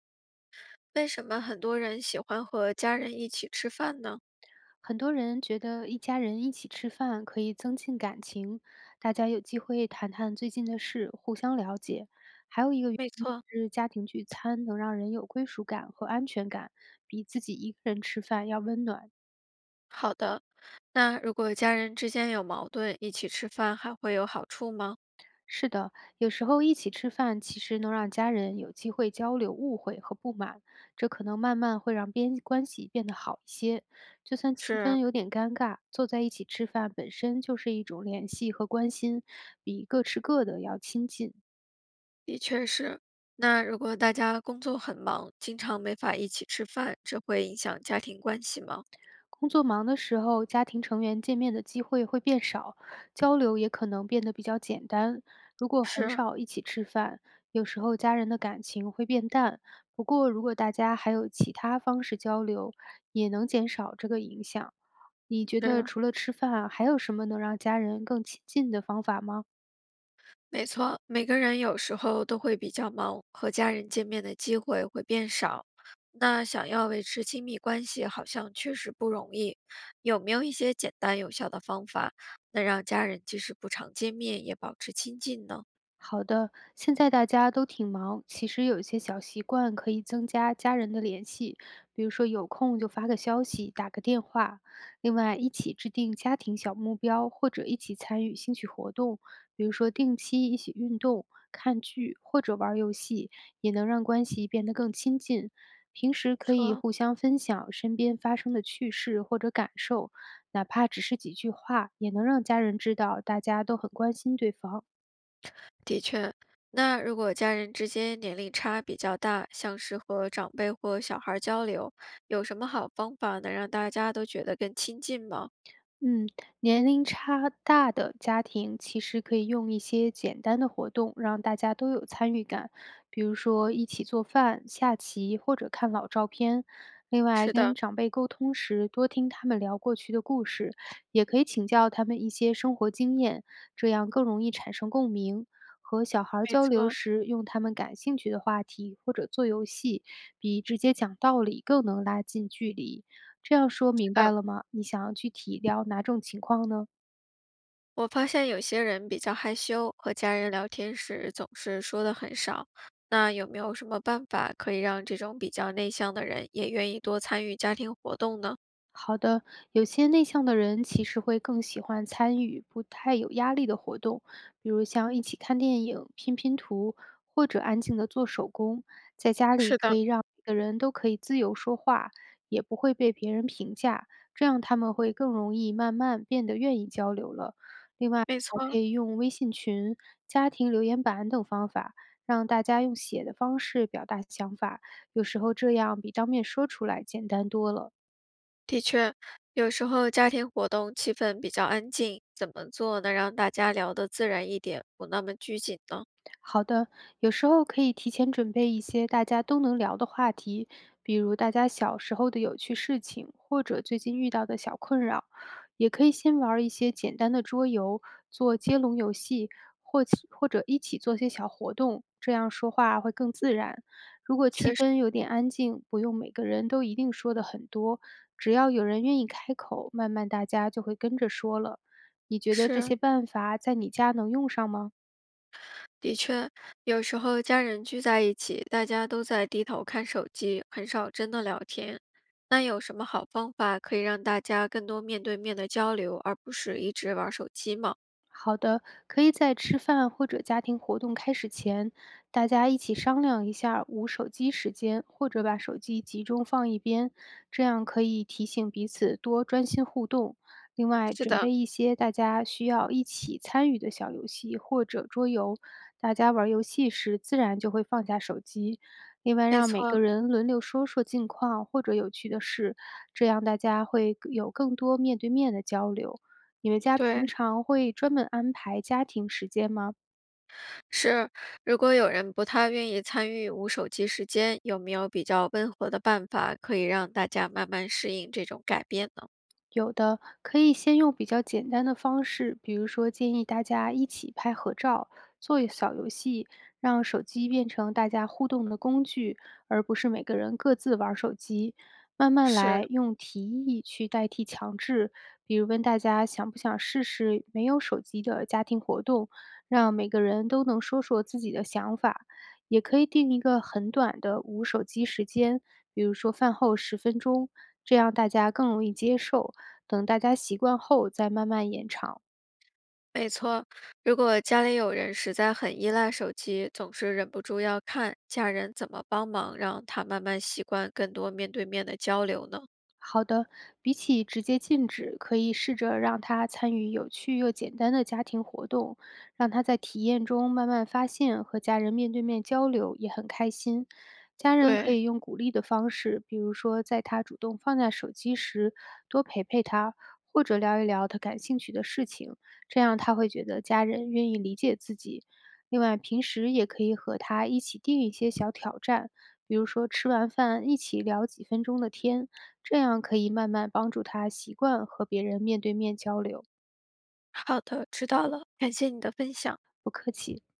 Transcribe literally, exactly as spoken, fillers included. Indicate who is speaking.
Speaker 1: 为什么很多人喜欢和家人一起吃饭呢？
Speaker 2: 很多人觉得一家人一起吃饭可以增进感情，大家有机会谈谈最近的事，互相了解。还有一个原
Speaker 1: 没
Speaker 2: 因
Speaker 1: 错，
Speaker 2: 是家庭聚餐能让人有归属感和安全感，比自己一个人吃饭要温暖。
Speaker 1: 好的。那如果家人之间有矛盾，一起吃饭还会有好处吗？
Speaker 2: 是的，有时候一起吃饭其实能让家人有机会交流误会和不满，这可能慢慢会让边关系变得好一些。就算气
Speaker 1: 是，
Speaker 2: 氛有点尴尬，坐在一起吃饭本身就是一种联系和关心，比各吃各的要亲近。
Speaker 1: 的确是。那如果大家工作很忙，经常没法一起吃饭，这会影响家庭关系吗？
Speaker 2: 工作忙的时候，家庭成员见面的机会会变少，交流也可能变得比较简单。如果很
Speaker 1: 是
Speaker 2: 少一起吃饭，有时候家人的感情会变淡。不过，如果大家还有其他方式交流，也能减少这个影响。你觉得
Speaker 1: 是，
Speaker 2: 除了吃饭啊还有什么能让家人更亲近的方法吗？
Speaker 1: 没错，每个人有时候都会比较忙，和家人见面的机会会变少。那想要维持亲密关系，好像确实不容易。有没有一些简单有效的方法，能让家人即使不常见面，也保持亲近呢？
Speaker 2: 好的，现在大家都挺忙，其实有一些小习惯可以增加家人的联系，比如说有空就发个消息、打个电话。另外，一起制定家庭小目标，或者一起参与兴趣活动，比如说定期一起运动、看剧或者玩儿游戏，也能让关系变得更亲近。平
Speaker 1: 没
Speaker 2: 时可以
Speaker 1: 错，
Speaker 2: 互相分享身边发生的趣事或者感受，哪怕只是几句话，也能让家人知道大家都很关心对方。
Speaker 1: 的确，那如果家人之间年龄差比较大，像是和长辈或小孩儿交流，有什么好方法能让大家都觉得更亲近吗？
Speaker 2: 嗯，年龄差大的家庭其实可以用一些简单的活动，让大家都有参与感，比如说一起做饭、下棋或者看老照片。另外，
Speaker 1: 是的，
Speaker 2: 跟长辈沟通时，多听他们聊过去的故事，也可以请教他们一些生活经验，这样更容易产生共鸣。和小孩儿
Speaker 1: 没
Speaker 2: 交流
Speaker 1: 错，
Speaker 2: 时，用他们感兴趣的话题或者做游戏，比直接讲道理更能拉近距离。这样说
Speaker 1: 是
Speaker 2: 明白
Speaker 1: 的。
Speaker 2: 了吗？你想要具体聊哪种情况呢？
Speaker 1: 我发现有些人比较害羞，和家人聊天时总是说的很少。那有没有什么办法可以让这种比较内向的人也愿意多参与家庭活动呢？
Speaker 2: 好的，有些内向的人其实会更喜欢参与不太有压力的活动，比如像一起看电影、拼拼图，或者安静的做手工。在家里
Speaker 1: 是
Speaker 2: 可
Speaker 1: 的，
Speaker 2: 以让每个人都可以自由说话，也不会被别人评价，这样他们会更容易慢慢变得愿意交流了。另外，
Speaker 1: 没错，
Speaker 2: 还可以用微信群、家庭留言板等方法，让大家用写的方式表达想法，有时候这样比当面说出来简单多了。
Speaker 1: 的确，有时候家庭活动气氛比较安静，怎么做能让大家聊得自然一点，不那么拘谨呢？
Speaker 2: 好的，有时候可以提前准备一些大家都能聊的话题，比如大家小时候的有趣事情，或者最近遇到的小困扰。也可以先玩儿一些简单的桌游，做接龙游戏，或其或者一起做些小活动，这样说话会更自然。如果气氛有点安静，不用每个人都一定说的很多，只要有人愿意开口，慢慢大家就会跟着说了。你觉得这
Speaker 1: 是，
Speaker 2: 些办法在你家能用上吗？
Speaker 1: 的确，有时候家人聚在一起，大家都在低头看手机，很少真的聊天。那有什么好方法可以让大家更多面对面的交流，而不是一直玩手机吗？
Speaker 2: 好的，可以在吃饭或者家庭活动开始前，大家一起商量一下无手机时间，或者把手机集中放一边，这样可以提醒彼此多专心互动。另外，
Speaker 1: 是
Speaker 2: 准
Speaker 1: 的，
Speaker 2: 备一些大家需要一起参与的小游戏或者桌游，大家玩游戏时自然就会放下手机。另外，
Speaker 1: 没
Speaker 2: 让每
Speaker 1: 错，
Speaker 2: 个人轮流说说近况或者有趣的事，这样大家会有更多面对面的交流。你们家
Speaker 1: 对，
Speaker 2: 平常会专门安排家庭时间吗？
Speaker 1: 是。如果有人不太愿意参与无手机时间，有没有比较温和的办法可以让大家慢慢适应这种改变呢？
Speaker 2: 有的可以先用比较简单的方式，比如说建议大家一起拍合照，做一小游戏，让手机变成大家互动的工具，而不是每个人各自玩儿手机。慢慢
Speaker 1: 是。
Speaker 2: 来，用提议去代替强制，比如问大家想不想试试没有手机的家庭活动，让每个人都能说说自己的想法。也可以定一个很短的无手机时间，比如说饭后十分钟，这样大家更容易接受。等大家习惯后再慢慢延长。
Speaker 1: 没错，如果家里有人实在很依赖手机，总是忍不住要看，家人怎么帮忙让他慢慢习惯更多面对面的交流呢？
Speaker 2: 好的，比起直接禁止，可以试着让他参与有趣又简单的家庭活动，让他在体验中慢慢发现和家人面对面交流也很开心。家人可
Speaker 1: 对，
Speaker 2: 以用鼓励的方式，比如说在他主动放下手机时，多陪陪他，或者聊一聊他感兴趣的事情，这样他会觉得家人愿意理解自己。另外，平时也可以和他一起定一些小挑战，比如说吃完饭一起聊几分钟的天，这样可以慢慢帮助他习惯和别人面对面交流，
Speaker 1: 好的，知道了，感谢你的分享。
Speaker 2: 不客气。